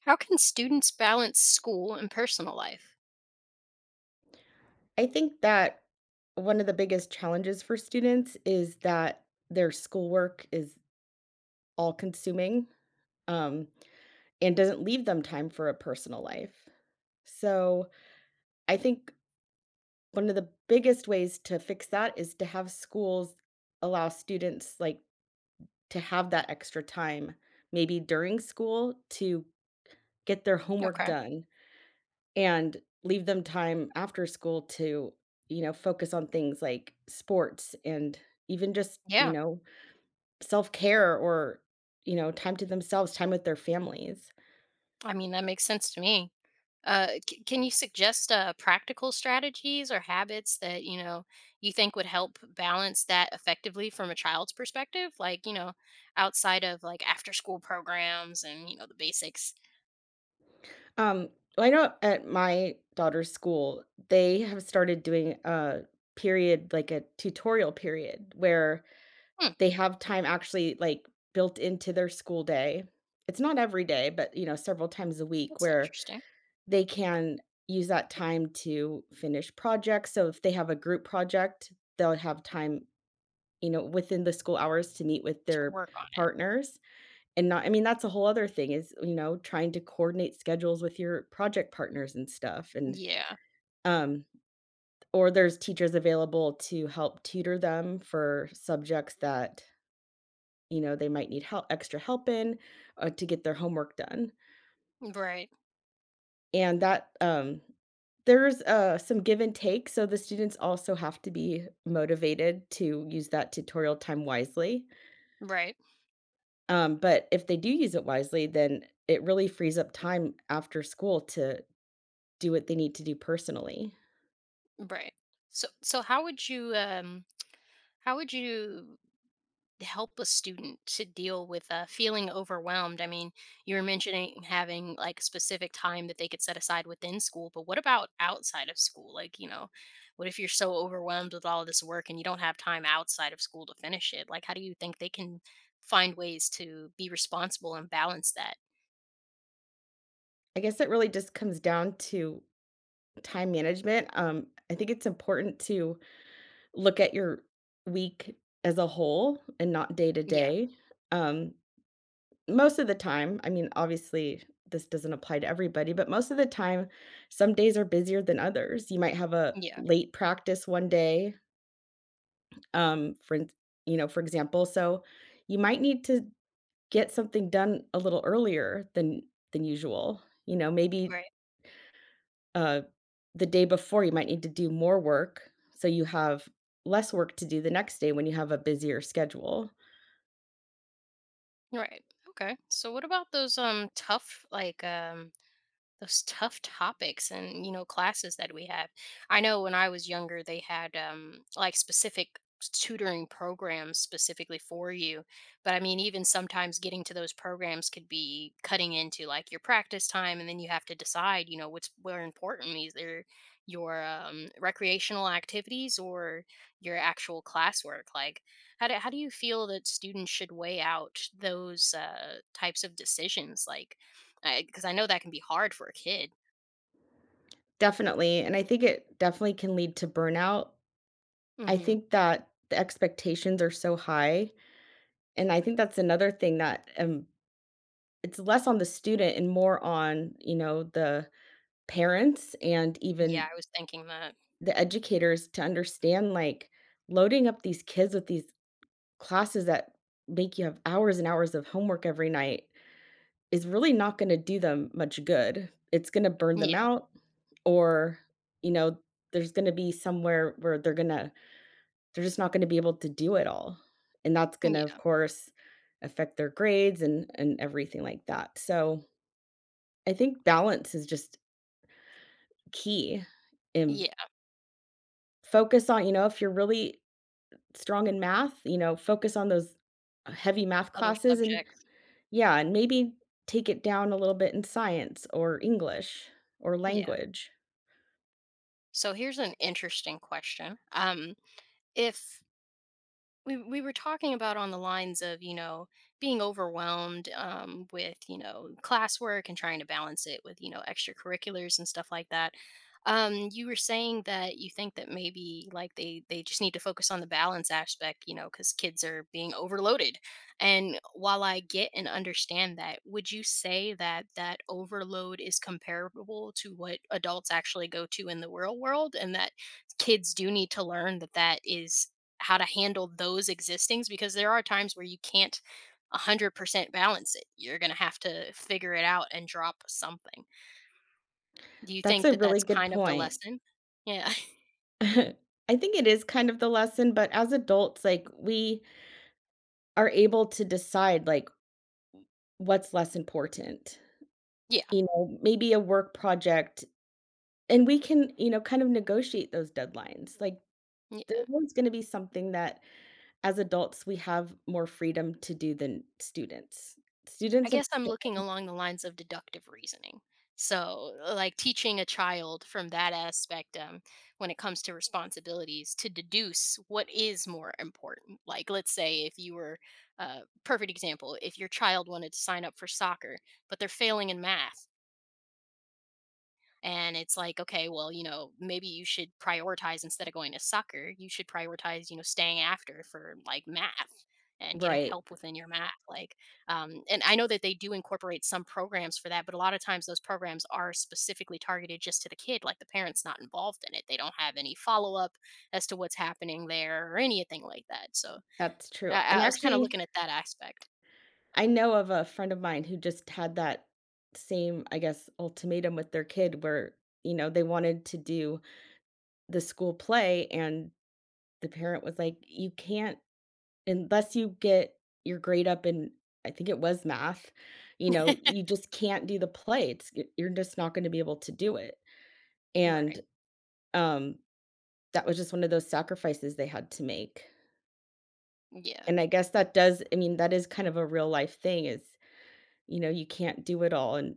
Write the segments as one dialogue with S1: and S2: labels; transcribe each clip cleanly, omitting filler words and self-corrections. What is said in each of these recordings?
S1: How can students balance school and personal life?
S2: I think that one of the biggest challenges for students is that their schoolwork is all consuming, um, and doesn't leave them time for a personal life. So, I think one of the biggest ways to fix that is to have schools allow students, like, to have that extra time, maybe during school to get their homework
S1: Okay.
S2: done and leave them time after school to, focus on things like sports and even just, you
S1: Yeah,
S2: know, self-care or, time to themselves, time with their families.
S1: I mean, that makes sense to me. Can you suggest practical strategies or habits that you think would help balance that effectively from a child's perspective? Like, outside of like after-school programs and the basics.
S2: Um, I know at my daughter's school, they have started doing a period, like a tutorial period where
S1: Hmm,
S2: they have time actually, like, built into their school day. It's not every day, but, you know, several times a week
S1: that's
S2: where
S1: interesting
S2: they can use that time to finish projects, so if they have a group project, they'll have time, you know, within the school hours to meet with
S1: to
S2: their
S1: work on
S2: partners. And not I mean, that's a whole other thing is, you know, trying to coordinate schedules with your project partners and stuff.
S1: it.
S2: and,
S1: Yeah,
S2: um or there's teachers available to help tutor them for subjects that you know, they might need help extra help in, to get their homework done.
S1: right,
S2: And that, there's, some give and take, so the students also have to be motivated to use that tutorial time wisely.
S1: right,
S2: But if they do use it wisely, then it really frees up time after school to do what they need to do personally.
S1: right. So, how would you how would you help a student to deal with feeling overwhelmed? I mean, you were mentioning having like specific time that they could set aside within school, but what about outside of school? Like, what if you're so overwhelmed with all of this work and you don't have time outside of school to finish it? Like, how do you think they can find ways to be responsible and balance that?
S2: I guess it really just comes down to time management. I think it's important to look at your week as a whole and not day to
S1: Yeah,
S2: day. Um, Most of the time, I mean, obviously, this doesn't apply to everybody, but most of the time, some days are busier than others. You might have a
S1: yeah,
S2: late practice one day, for ins you know, for example, so you might need to get something done a little earlier than usual. You know, maybe,
S1: right,
S2: uh, the day before, you might need to do more work, so you have less work to do the next day when you have a busier schedule.
S1: right. Okay. So, what about those tough topics and classes that we have. I know when I was younger they had like specific tutoring programs specifically for you, but I mean even sometimes getting to those programs could be cutting into like your practice time, and then you have to decide what's more important, either your recreational activities or your actual classwork. Like, how do you feel that students should weigh out those types of decisions, like, because I know that can be hard for a kid.
S2: Definitely, and I think it definitely can lead to burnout. I
S1: Mhm.
S2: think that the expectations are so high, and I think that's another thing that, it's less on the student and more on, you know, the parents and
S1: Yeah,
S2: even
S1: I was thinking that.
S2: the educators to understand, like, loading up these kids with these classes that make you have hours and hours of homework every night is really not gonna do them much good. It's gonna burn them
S1: Yeah,
S2: out or, you know, there's gonna be somewhere where they're gonna they're just not gonna be able to do it all, and that's gonna, of
S1: yeah,
S2: course, affect their grades and everything like that. So, I think balance is just key and
S1: yeah,
S2: focus on you know, if you're really strong in math, you know, focus on those heavy math
S1: other
S2: classes. And
S1: subjects.
S2: yeah, and maybe take it down a little bit in science or English or
S1: Yeah.
S2: language.
S1: So here's an interesting question. If we were talking about on the lines of, being overwhelmed, with, classwork and trying to balance it with, extracurriculars and stuff like that, you were saying that you think that maybe like they just need to focus on the balance aspect, because kids are being overloaded. And while I get and understand that, would you say that that overload is comparable to what adults actually go to in the real world, and that kids do need to learn that that is how to handle those existings, because there are times where you can't 100% balance it. You're going to have to figure it out and drop something. Do you
S2: That's
S1: think
S2: a
S1: that
S2: really
S1: that's
S2: good
S1: kind of the
S2: point.
S1: lesson? Yeah.
S2: I think it is kind of the lesson, but as adults, like, we are able to decide, like, what's less important.
S1: Yeah.
S2: You know, maybe a work project, and we can, you know, kind of negotiate those deadlines. Like,
S1: Yeah.
S2: there's always gonna be something that, as adults, we have more freedom to do than students.
S1: I
S2: Students,
S1: guess I'm
S2: unfortunately.
S1: looking along the lines of deductive reasoning. So, like teaching a child from that aspect, when it comes to responsibilities to deduce what is more important. Like, let's say if you were, perfect example, if your child wanted to sign up for soccer, but they're failing in math. And it's like, okay, well, maybe you should prioritize. Instead of going to soccer, you should prioritize staying after for like math and getting
S2: Right,
S1: help within your math, like, and I know that they do incorporate some programs for that, but a lot of times those programs are specifically targeted just to the kid, like the parents not involved in it, they don't have any follow-up as to what's happening there or anything like that. So
S2: that's true,
S1: i,
S2: and
S1: I was kind of
S2: actually
S1: looking at that aspect.
S2: I know of a friend of mine who just had that same, I guess, ultimatum with their kid where, you know, they wanted to do the school play and the parent was like, "You can't unless you get your grade up in." I think it was math. You know, "You just can't do the play. It's y you're just not gonna be able to do it."
S1: Right.
S2: And, um, that was just one of those sacrifices they had to make.
S1: Yeah.
S2: And I guess that does I mean, that is kind of a real life thing is, you know, you can't do it all. And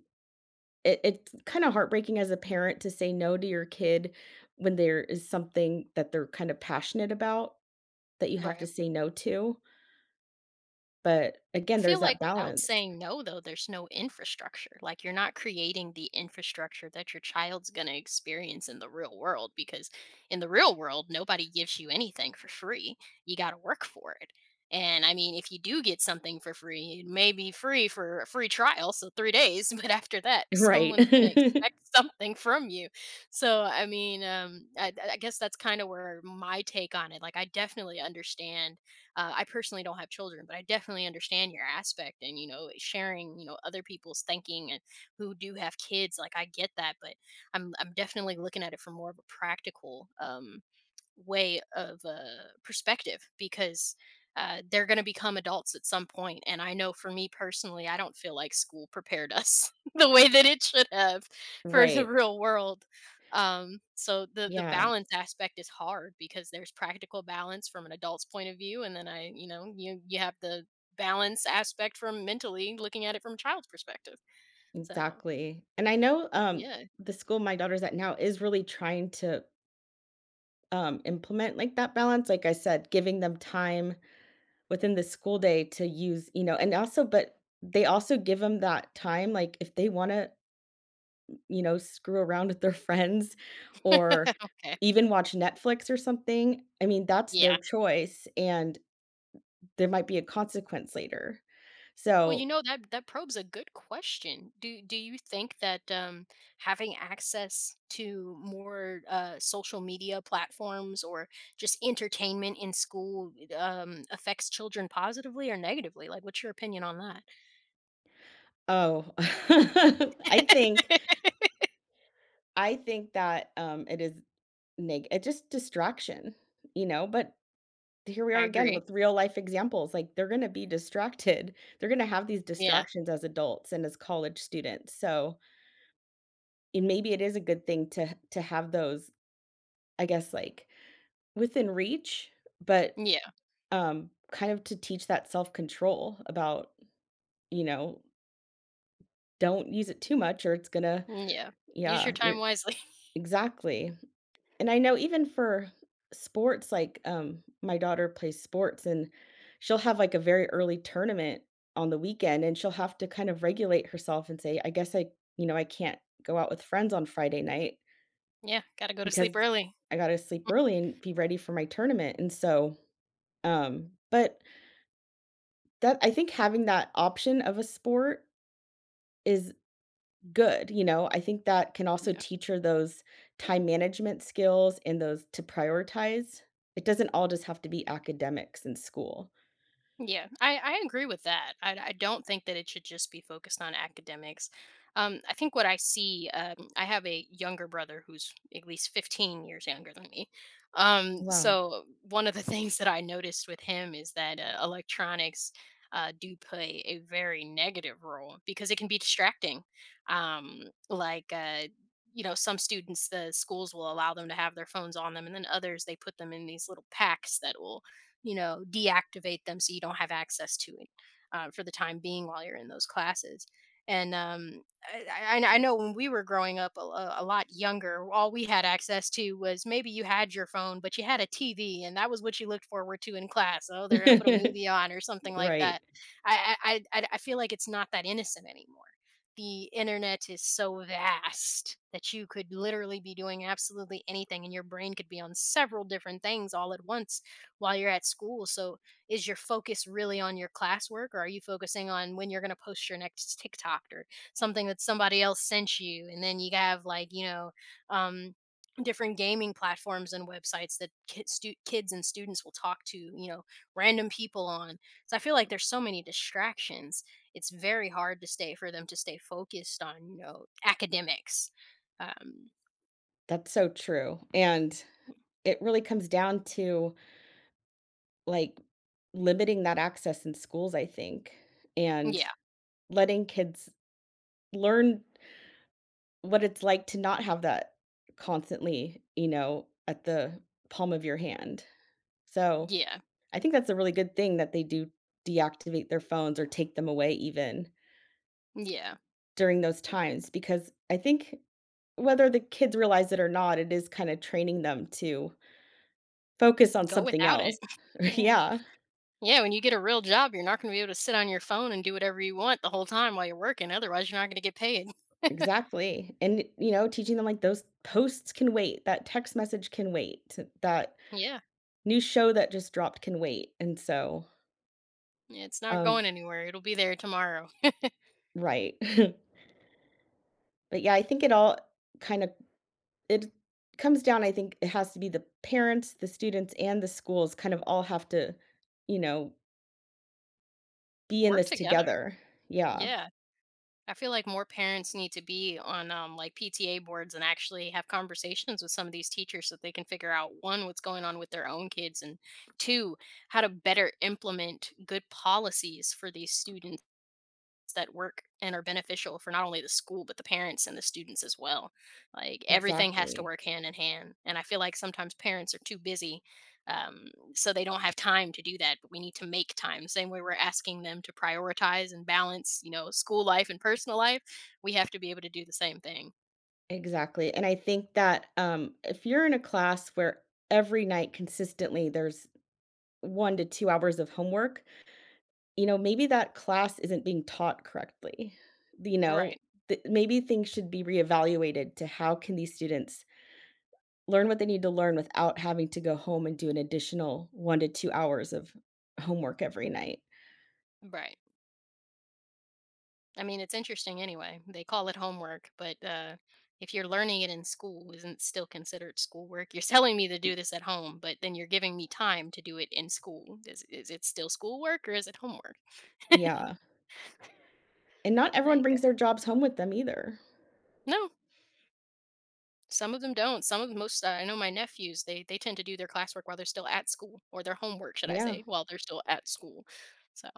S2: it's kinda heartbreaking as a parent to say no to your kid when there is something that they're kind of passionate about that you have to
S1: Right.
S2: say no to, but
S1: I
S2: again, there's
S1: feel like
S2: that
S1: without
S2: balance.
S1: saying no, though, there's no infrastructure. Like, you're not creating the infrastructure that your child's going to experience in the real world, because in the real world, nobody gives you anything for free. You got to work for it. And I mean, if you do get something for free, it may be free for a free trial, so 3 days, but after that,
S2: Right.
S1: someone's going to expect something from you. So, I mean, I guess that's kind of where my take on it. Like, I definitely understand, I personally don't have children, but I definitely understand your aspect, and sharing, other people's thinking, and who do have kids. Like, I get that, but I'm definitely looking at it from more of a practical way of perspective, because they're going to become adults at some point. And I know for me personally, I don't feel like school prepared us the way that it should have for the
S2: Right.
S1: real world. So the
S2: Yeah,
S1: balance aspect is hard because there's practical balance from an adult's point of view, and then I, you know, you have the balance aspect from mentally looking at it from a child's perspective. So
S2: exactly. And I know,
S1: yeah,
S2: the school my daughter's at now is really trying to, implement, like, that balance, like I said, giving them time within the school day to use, and also but they also give them that time, like, if they wanna you know, screw around with their friends or
S1: okay,
S2: even watch Netflix or something, I mean, that's their
S1: yeah.
S2: choice, and there might be a consequence later.
S1: Well, you
S2: So
S1: know that that probes a good question. Do you think that, having access to more social media platforms or just entertainment in school, affects children positively or negatively? Like, what's your opinion on that?
S2: oh, I think I think that, it is neg it's just distraction, you know, but here we
S1: I
S2: are again
S1: agree.
S2: with real life examples, like, they're gonna be distracted. They're gonna have these
S1: Yeah.
S2: distractions as adults and as college students, so, and maybe it is a good thing to have those, I guess, like, within reach, but,
S1: Yeah.
S2: kind of to teach that self-control about, you know, don't use it too much or it's gonna
S1: Yeah. Use your
S2: yeah, you're
S1: time wisely.
S2: exactly. And I know even for sports, like, my daughter plays sports and she'll have, like, a very early tournament on the weekend, and she'll have to kind of regulate herself and say, "I guess I you know, I can't go out with friends on Friday night
S1: Yeah. Got to go to sleep
S2: because
S1: early.
S2: I gotta sleep early and be ready for my tournament." And so, but that I think having that option of a sport is good, you know, I think that can also
S1: Yeah.
S2: teach her those time management skills and those to prioritize. It doesn't all just have to be academics in school.
S1: Yeah, I agree with that. I don't think that it should just be focused on academics. I think what I see, I have a younger brother who's at least 15 years younger than me. Um,
S2: Wow.
S1: so, one of the things that I noticed with him is that electronics do play a very negative role because it can be distracting. Um, like, some students, the schools will allow them to have their phones on them, and then others, they put them in these little packs that will, deactivate them, so you don't have access to it for the time being while you're in those classes. And I know when we were growing up a lot younger, all we had access to was maybe you had your phone, but you had a TV, and that was what you looked forward to in class. Oh, they're going to put a movie on or something like
S2: Right.
S1: that. I feel like it's not that innocent anymore. The internet is so vast that you could literally be doing absolutely anything, and your brain could be on several different things all at once while you're at school. So is your focus really on your classwork, or are you focusing on when you're going to post your next TikTok or something that somebody else sent you? And then you have like, um, different gaming platforms and websites that kids and students will talk to, you know, random people on. So I feel like there's so many distractions. It's very hard to stay for them to stay focused on, academics. Um,
S2: That's so true, and it really comes down to, like, limiting that access in schools, I think, and
S1: yeah,
S2: letting kids learn what it's like to not have that constantly, you know, at the palm of your hand. So,
S1: yeah,
S2: I think that's a really good thing that they do deactivate their phones or take them away even
S1: yeah.
S2: during those times because I think whether the kids realize it or not, it is kinda training them to focus on
S1: Go
S2: something
S1: without it.
S2: else.
S1: Yeah.
S2: Yeah,
S1: Yeah, when you get a real job, you're not going to be able to sit on your phone and do whatever you want the whole time while you're working. Otherwise, you're not going to get paid.
S2: exactly, and, you know, teaching them, like, those posts can wait, that text message can wait, that
S1: Yeah,
S2: new show that just dropped can wait, and so,
S1: it's not
S2: um
S1: going anywhere. It'll be there tomorrow.
S2: right. But yeah, I think it all kind of it comes down, I think it has to be the parents, the students, and the schools kind of all have to, you know, be in
S1: Work
S2: this
S1: together.
S2: together. Yeah,
S1: Yeah. I feel like more parents need to be on, like PTA boards and actually have conversations with some of these teachers so that they can figure out, one, what's going on with their own kids, and two, how to better implement good policies for these students that work and are beneficial for not only the school but the parents and the students as well. Like, everything has to
S2: exactly.
S1: work hand in hand, and I feel like sometimes parents are too busy, um, so they don't have time to do that. But we need to make time. Same way we're asking them to prioritize and balance, you know, school life and personal life. We have to be able to do the same thing.
S2: Exactly. And I think that if you're in a class where every night consistently there's 1 to 2 hours of homework, you know, maybe that class isn't being taught correctly. You know,
S1: Right.
S2: maybe things should be reevaluated to how can these students learn what they need to learn without having to go home and do an additional 1 to 2 hours of homework every night.
S1: Right. I mean, it's interesting anyway. They call it homework, but if you're learning it in school, isn't it still considered schoolwork? You're telling me to do this at home, but then you're giving me time to do it in school. Is it still schoolwork or is it homework?
S2: Yeah, and not everyone
S1: Like,
S2: brings their jobs home with them either.
S1: no, some of them don't. Some of Most, I know my nephews, they tend to do their classwork while they're still at school, or their homework, should I
S2: Yeah,
S1: say, while they're still at school. So.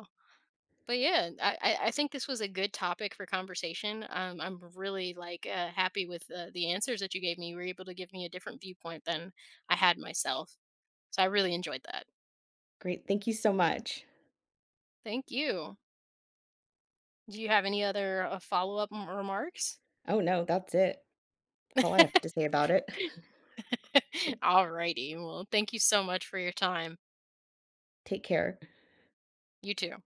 S1: But yeah, I think this was a good topic for conversation. I'm really like, happy with, the answers that you gave me. You were able to give me a different viewpoint than I had myself. So I really enjoyed that.
S2: great, thank you so much.
S1: Thank you. Do you have any other follow up remarks?
S2: Oh, no, that's it. That's all I have to say about it.
S1: Alrighty. Well, thank you so much for your time.
S2: Take care.
S1: You too.